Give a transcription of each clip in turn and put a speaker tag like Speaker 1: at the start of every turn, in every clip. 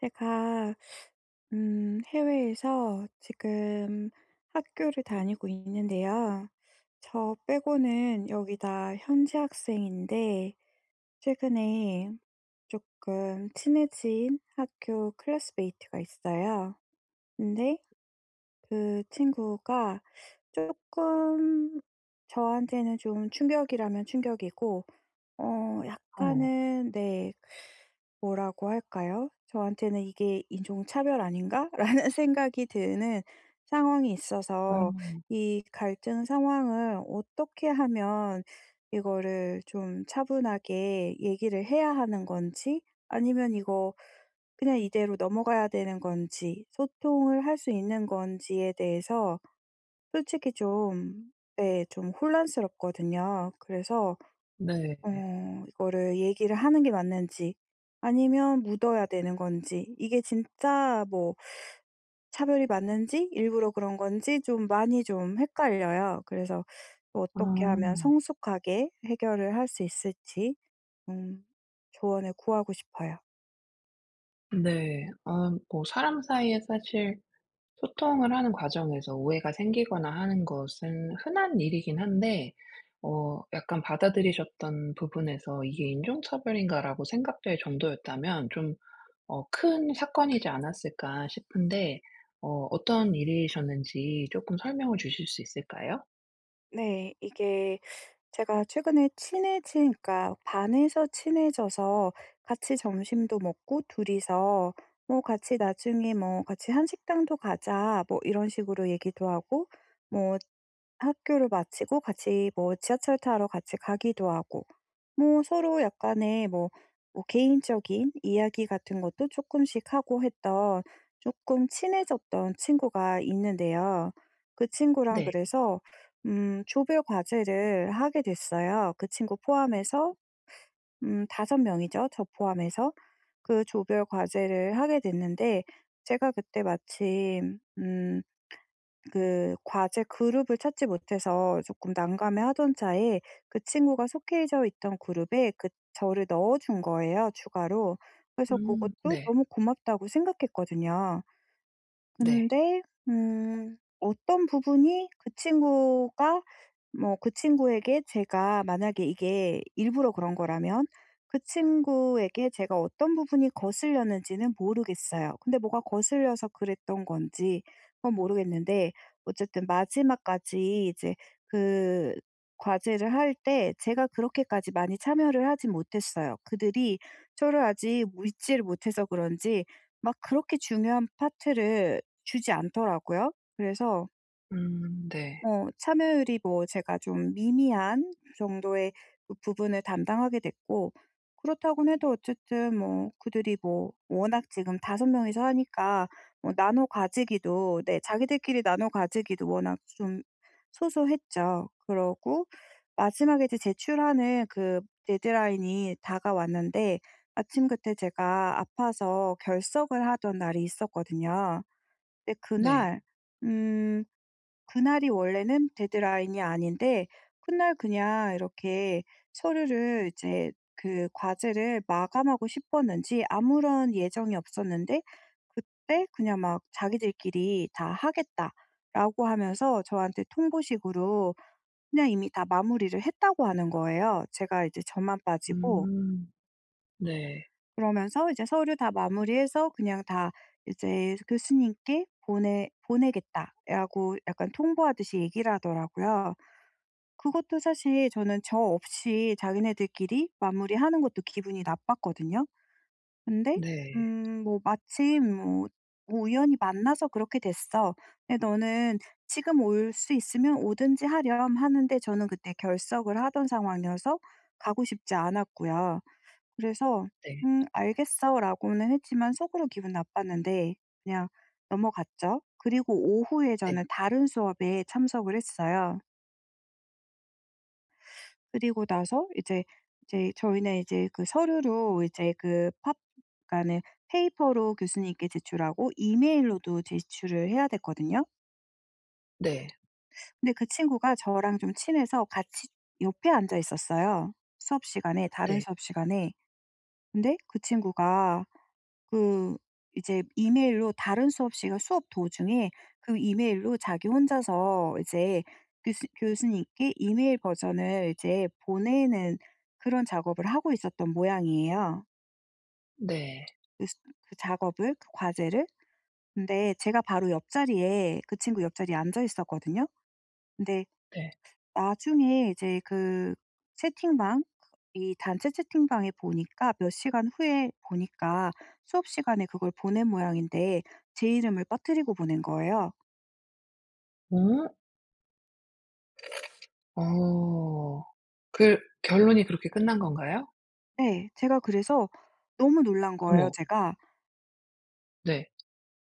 Speaker 1: 제가 해외에서 지금 학교를 다니고 있는데요. 저 빼고는 여기 다 현지 학생인데, 최근에 조금 친해진 학교 클래스메이트가 있어요. 근데 그 친구가 조금 저한테는 좀 충격이라면 충격이고,
Speaker 2: 어.
Speaker 1: 약간은, 네. 뭐라고 할까요? 저한테는 '이게 인종차별 아닌가?'라는 생각이 드는 상황이
Speaker 2: 어.
Speaker 1: 있어서, 이 갈등 상황을 어떻게 하면 이거를 좀 차분하게 얘기를 해야 하는 건지, 아니면 이거 그냥 이대로 넘어가야 되는 건지, 소통을 할 수 있는 건지에 대해서 솔직히 좀, 네, 좀 혼란스럽거든요. 그래서
Speaker 2: 네.
Speaker 1: 이거를 얘기를 하는 게 맞는지, 아니면 묻어야 되는 건지, 이게 진짜 뭐 차별이 맞는지 일부러 그런 건지 좀 많이 좀 헷갈려요. 그래서 또 어떻게 하면
Speaker 2: 아.
Speaker 1: 성숙하게 해결을 할 수 있을지 음 조언을 구하고 싶어요.
Speaker 2: 네. 아, 뭐 사람 사이에 사실 소통을 하는 과정에서 오해가 생기거나 하는 것은 흔한 일이긴 한데 약간 받아들이셨던 부분에서 '이게 인종차별인가?'라고 생각될 정도였다면 좀 '큰 사건이지 않았을까?' 싶은데 어떤 일이셨는지 쪼끔 설명을 주실 수 있을까요?
Speaker 1: 네, 이게 제가 최근에 친해지 그러니까 반에서 친해져서, 같이 점심도 먹고, 둘이서 뭐 같이 나중에 뭐 "같이 한식당도 가자." 뭐 이런 식으로 얘기도 하고, 뭐 학교를 마치고 같이 뭐 지하철 타러 같이 가기도 하고, 뭐 서로 약간의 뭐, 뭐 개인적인 이야기 같은 것도 조금씩 하고 했던, 조금 친해졌던 친구가 있는데요. 그 친구랑
Speaker 2: 네.
Speaker 1: 그래서 조별 과제를 하게 됐어요. 그 친구 포함해서 다섯 명이죠, 저 포함해서. 그 조별 과제를 하게 됐는데, 제가 그때 마침 그 과제 그룹을 찾지 못해서 조금 난감해하던 차에, 그 친구가 속해져 있던 그룹에 그 저를 넣어 준 거예요, 추가로. 그래서
Speaker 2: 음.
Speaker 1: 그것도
Speaker 2: 네.
Speaker 1: 너무 고맙다고 생각했거든요.
Speaker 2: 네.
Speaker 1: 근데 어떤 부분이 그 친구가, 뭐 그 친구에게 제가 만약에 이게 일부러 그런 거라면, 그 친구에게 제가 어떤 부분이 거슬렸는지는 모르겠어요. 근데 뭐가 거슬려서 그랬던 건지, 그건 모르겠는데, 어쨌든 마지막까지 이제 그 과제를 할 때 제가 그렇게까지 많이 참여를 하지 못했어요. 그들이 저를 아직 믿지를 못해서 그런지, 막 그렇게 중요한 파트를 주지 않더라고요. 그래서
Speaker 2: 음. 네.
Speaker 1: 참여율이 뭐 제가 좀 미미한 정도의 그 부분을 담당하게 됐고, 그렇다고 해도 어쨌든 뭐 그들이 뭐 워낙 지금 다섯 명이서 하니까, 뭐 나눠 가지기도, 네, 자기들끼리 나눠 가지기도 워낙 좀 소소했죠. 그러고 마지막에 이제 제출하는 그 데드라인이 다가왔는데, 마침 그때 제가 아파서 결석을 하던 날이 있었거든요. 근데
Speaker 2: 네.
Speaker 1: 그날, 음 그날이 원래는 데드라인이 아닌데, 그날 그냥 이렇게 서류를 이제, 그 과제를 마감하고 싶었는지 아무런 예정이 없었는데, 그때 그냥 막 자기들끼리 "다 하겠다."라고 하면서 저한테 통보식으로 그냥 이미 다 마무리를 했다고 하는 거예요, 제가 이제 저만 빠지고.
Speaker 2: 음. 네.
Speaker 1: 그러면서 이제 서류 다 마무리해서 그냥 다 이제 교수님께 "보내겠다."라고 약간 통보하듯이 얘기를 하더라고요. 그것도 사실 저는 저 없이 자기네들끼리 마무리하는 것도 기분이 나빴거든요. 근데
Speaker 2: 네.
Speaker 1: 뭐 마침 뭐, "뭐 우연히 만나서 그렇게 됐어. 근데 너는 지금 올 수 있으면 오든지 하렴." 하는데, 저는 그때 결석을 하던 상황이어서 가고 싶지 않았고요. 그래서
Speaker 2: 네.
Speaker 1: 알겠어."라고는 했지만, 속으로 기분 나빴는데 그냥 넘어갔죠. 그리고 오후에
Speaker 2: 네.
Speaker 1: 저는 다른 수업에 참석을 했어요. 그리고 나서 이제 저희는 이제 그 서류로 이제, 그 팝 그러니까는 페이퍼로 교수님께 제출하고 이메일로도 제출을 해야 됐거든요.
Speaker 2: 네.
Speaker 1: 근데 그 친구가 저랑 좀 친해서 같이 옆에 앉아 있었어요, 수업 시간에 다른
Speaker 2: 네.
Speaker 1: 수업 시간에. 근데 그 친구가 그 이제 이메일로, 다른 수업 시간 수업 도중에 그 이메일로 자기 혼자서 이제 교수님께 이메일 버전을 이제 보내는, 그런 작업을 하고 있었던 모양이에요.
Speaker 2: 네.
Speaker 1: 그 수 그 작업을, 그 과제를. 근데 제가 바로 옆자리에 그 친구 옆자리에 앉아 있었거든요. 근데
Speaker 2: 네.
Speaker 1: 나중에 이제 그 채팅방 이 단체 채팅방에 보니까, 몇 시간 후에 보니까, 수업 시간에 그걸 보낸 모양인데 제 이름을 빠뜨리고 보낸 거예요.
Speaker 2: 어? 어. 그 결론이 그렇게 끝난 건가요?
Speaker 1: 네. 제가 그래서 너무 놀란 거예요,
Speaker 2: 어머.
Speaker 1: 제가.
Speaker 2: 네.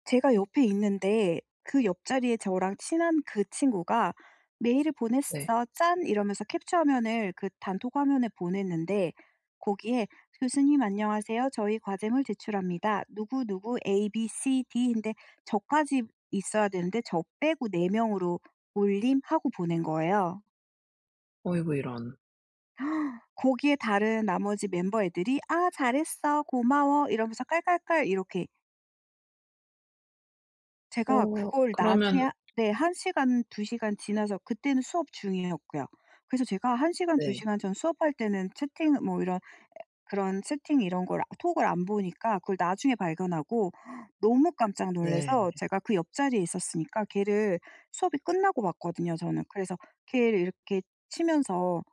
Speaker 1: 제가 옆에 있는데, 그 옆자리에 저랑 친한 그 친구가 "메일을
Speaker 2: 네.
Speaker 1: 보냈어. 짠." 이러면서 캡처 화면을 그 단톡 화면에 보냈는데, 거기에 "교수님 안녕하세요. 저희 과제물 제출합니다. 누구누구 A, B, C, D." 인데, 저까지 있어야 되는데 저 빼고 4 명으로 "올림." 하고 보낸 거예요.
Speaker 2: 어이구, 이런.
Speaker 1: 거기에 다른 나머지 멤버 애들이 "아 잘했어. 고마워." 이러면서 깔깔깔 이렇게. 제가
Speaker 2: 어,
Speaker 1: 그걸 나중에
Speaker 2: 그러면
Speaker 1: 하 네, 1시간 2시간 지나서, 그때는 수업 중이었고요. 그래서 제가 한 시간 두
Speaker 2: 네.
Speaker 1: 시간 전 수업할 때는 채팅 뭐 이런, 그런 채팅 이런 걸 톡을 안 보니까, 그걸 나중에 발견하고 너무 깜짝
Speaker 2: 네.
Speaker 1: 놀라서, 제가 그 옆자리에 있었으니까 걔를 수업이 끝나고 봤거든요, 저는. 그래서 걔를 이렇게 치면서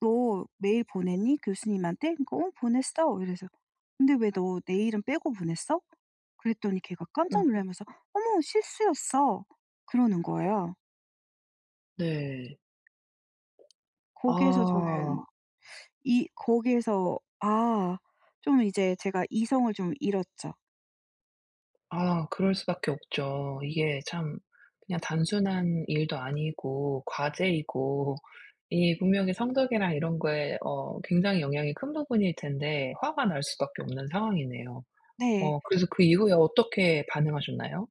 Speaker 1: "너 메일 보냈니? 교수님한테?" 그러니까 "어 보냈어." 이래서 "근데 왜 너 내일은 빼고 보냈어?" 그랬더니 걔가 깜짝
Speaker 2: 그럼
Speaker 1: 놀라면서 "어머 실수였어." 그러는 거예요.
Speaker 2: 네.
Speaker 1: 거기에서
Speaker 2: 아.
Speaker 1: 저는 이 거기에서 아, 좀 이제 제가 이성을 좀 잃었죠.
Speaker 2: 아, 그럴 수밖에 없죠. 이게 참 그냥 단순한 일도 아니고 과제이고 이 분명히 성적이랑 이런 거에 굉장히 영향이 큰 부분일 텐데 화가 날 수밖에 없는 상황이네요.
Speaker 1: 네.
Speaker 2: 그래서 그 이후에 어떻게 반응하셨나요?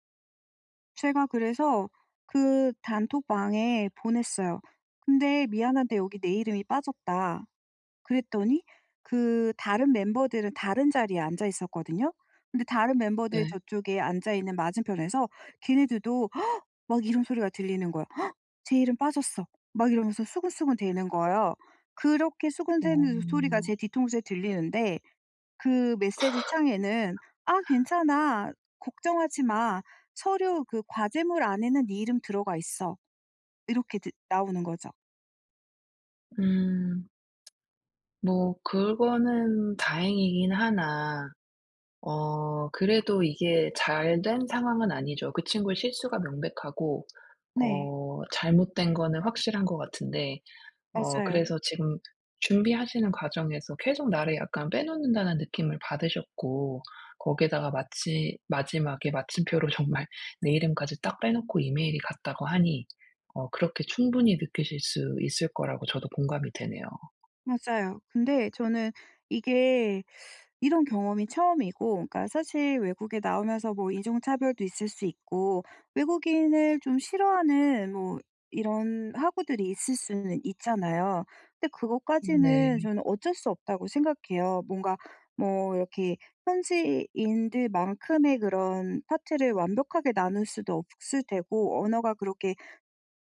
Speaker 1: 제가 그래서 그 단톡방에 보냈어요. "근데 미안한데 여기 내 이름이 빠졌다." 그랬더니, 그 다른 멤버들은 다른 자리에 앉아 있었거든요. 근데 다른 멤버들
Speaker 2: 네.
Speaker 1: 저쪽에 앉아 있는 맞은편에서 걔네들도 "헉!" 막 이런 소리가 들리는 거예요. "헉! 제 이름 빠졌어." 막 이러면서 수근수근 대는 거예요. 그렇게 수근대는 소리가
Speaker 2: 어.
Speaker 1: 제 뒤통수에 들리는데, 그 메시지 창에는 "아 괜찮아. 걱정하지 마. 서류 그 과제물 안에는 네 이름 들어가 있어." 이렇게 드 나오는 거죠.
Speaker 2: 음. 뭐 그거는 다행이긴 하나 그래도 이게 잘 된 상황은 아니죠. 그 친구의 실수가 명백하고
Speaker 1: 네.
Speaker 2: 잘못된 거는 확실한 것 같은데
Speaker 1: 맞아요.
Speaker 2: 그래서 지금 준비하시는 과정에서 계속 나를 약간 빼놓는다는 느낌을 받으셨고 거기에다가 마치 마지막에 마침표로 정말 내 이름까지 딱 빼놓고 이메일이 갔다고 하니 그렇게 충분히 느끼실 수 있을 거라고 저도 공감이 되네요.
Speaker 1: 맞아요. 근데 저는 이게 이런 경험이 처음이고, 그러니까 사실 외국에 나오면서 뭐 인종 차별도 있을 수 있고, 외국인을 좀 싫어하는 뭐 이런 학우들이 있을 수는 있잖아요. 근데 그것까지는
Speaker 2: 네.
Speaker 1: 저는 어쩔 수 없다고 생각해요. 뭔가 뭐 이렇게 현지인들만큼의 그런 파트를 완벽하게 나눌 수도 없을 테고, 언어가 그렇게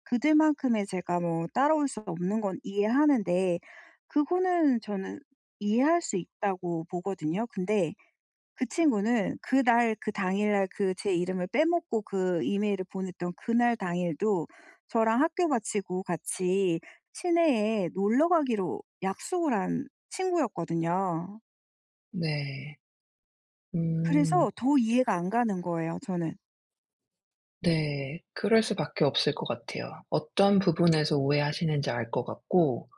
Speaker 1: 그들만큼의 제가 뭐 따라올 수 없는 건 이해하는데, 그거는 저는 이해할 수 있다고 보거든요. 근데 그 친구는 그날, 그 당일날 그 제 이름을 빼먹고 그 이메일을 보냈던 그날 당일도, 저랑 학교 마치고 같이 시내에 놀러 가기로 약속을 한 친구였거든요.
Speaker 2: 네. 음.
Speaker 1: 그래서 더 이해가 안 가는 거예요, 저는.
Speaker 2: 네. 그럴 수밖에 없을 것 같아요. 어떤 부분에서 오해하시는지 알 것 같고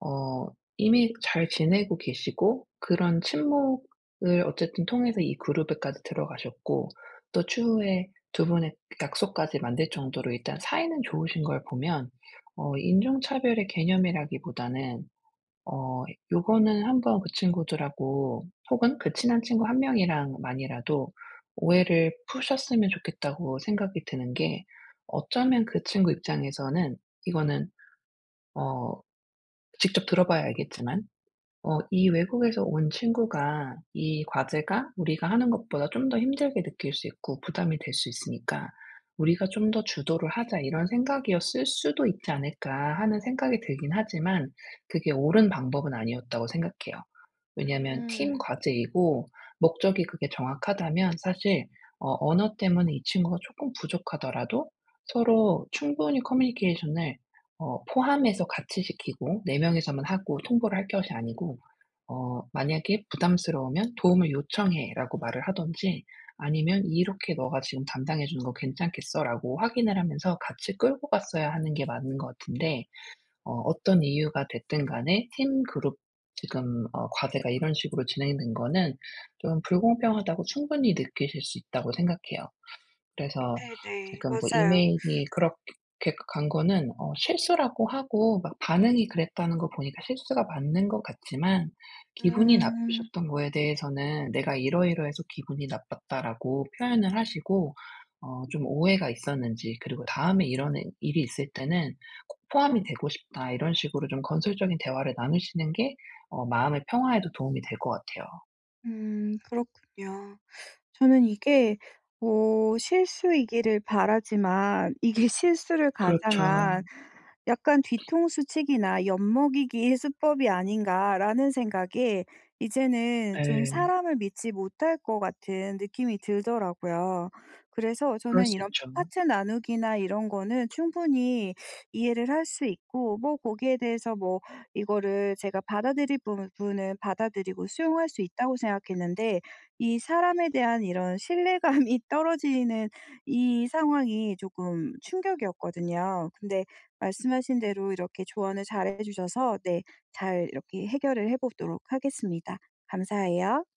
Speaker 2: 어 이미 잘 지내고 계시고 그런 친목을 어쨌든 통해서 이 그룹에까지 들어가셨고 또 추후에 두 분의 약속까지 만들 정도로 일단 사이는 좋으신 걸 보면 인종차별의 개념이라기보다는 어 요거는 한번 그 친구들하고 혹은 그 친한 친구 한 명이랑만이라도 오해를 푸셨으면 좋겠다고 생각이 드는 게, 어쩌면 그 친구 입장에서는 이거는 어 직접 들어 봐야 알겠지만 이 외국에서 온 친구가 이 과제가 우리가 하는 것보다 좀 더 힘들게 느낄 수 있고 부담이 될 수 있으니까 '우리가 좀 더 주도를 하자.' 이런 생각이었을 수도 있지 않을까 하는 생각이 들긴 하지만 그게 옳은 방법은 아니었다고 생각해요. 왜냐하면 팀
Speaker 1: 음.
Speaker 2: 과제이고 목적이 그게 정확하다면 사실 언어 때문에 이 친구가 조금 부족하더라도 서로 충분히 커뮤니케이션을 포함해서 같이 시키고 4 명이서만 하고 통보를 할 것이 아니고 만약에 "부담스러우면 도움을 요청해."라고 말을 하든지 아니면 "이렇게 너가 지금 담당해 주는 거 괜찮겠어?"라고 확인을 하면서 같이 끌고 갔어야 하는 게 맞는 것 같은데 어떤 이유가 됐든 간에 팀 그룹 지금 과제가 이런 식으로 진행된 거는 좀 불공평하다고 충분히 느끼실 수 있다고 생각해요. 그래서
Speaker 1: 네네.
Speaker 2: 지금 뭐
Speaker 1: 맞아요.
Speaker 2: 이메일이 그렇게 간 거는 실수라고 하고 막 반응이 그랬다는 거 보니까 실수가 맞는 것 같지만 기분이
Speaker 1: 음.
Speaker 2: 나쁘셨던 거에 대해서는 "내가 이러이러해서 기분이 나빴다."라고 표현을 하시고 좀 오해가 있었는지, 그리고 "다음에 이런 일 일이 있을 때는 꼭 포함이 되고 싶다." 이런 식으로 좀 건설적인 대화를 나누시는 게 마음의 평화에도 도움이 될 것 같아요.
Speaker 1: 음. 그렇군요. 저는 이게 실수이기를 바라지만, 이게 실수를
Speaker 2: 그렇죠.
Speaker 1: 가장한 약간 '뒤통수치기나 엿먹이기의 수법이 아닌가.'라는 생각에, 이제는 좀
Speaker 2: 네.
Speaker 1: 사람을 믿지 못할 것 같은 느낌이 들더라고요. 그래서
Speaker 2: 그럴
Speaker 1: 저는
Speaker 2: 수
Speaker 1: 이런
Speaker 2: 있죠.
Speaker 1: 파트 나누기나 이런 거는 충분히 이해를 할 수 있고, 뭐 거기에 대해서 뭐 이거를 제가 받아들일 부분은 받아들이고 수용할 수 있다고 생각했는데, 이 사람에 대한 이런 신뢰감이 떨어지는 이 상황이 조금 충격이었거든요. 근데 말씀하신 대로 이렇게 조언을 잘해 주셔서, 네, 잘 이렇게 해결을 해 보도록 하겠습니다. 감사해요.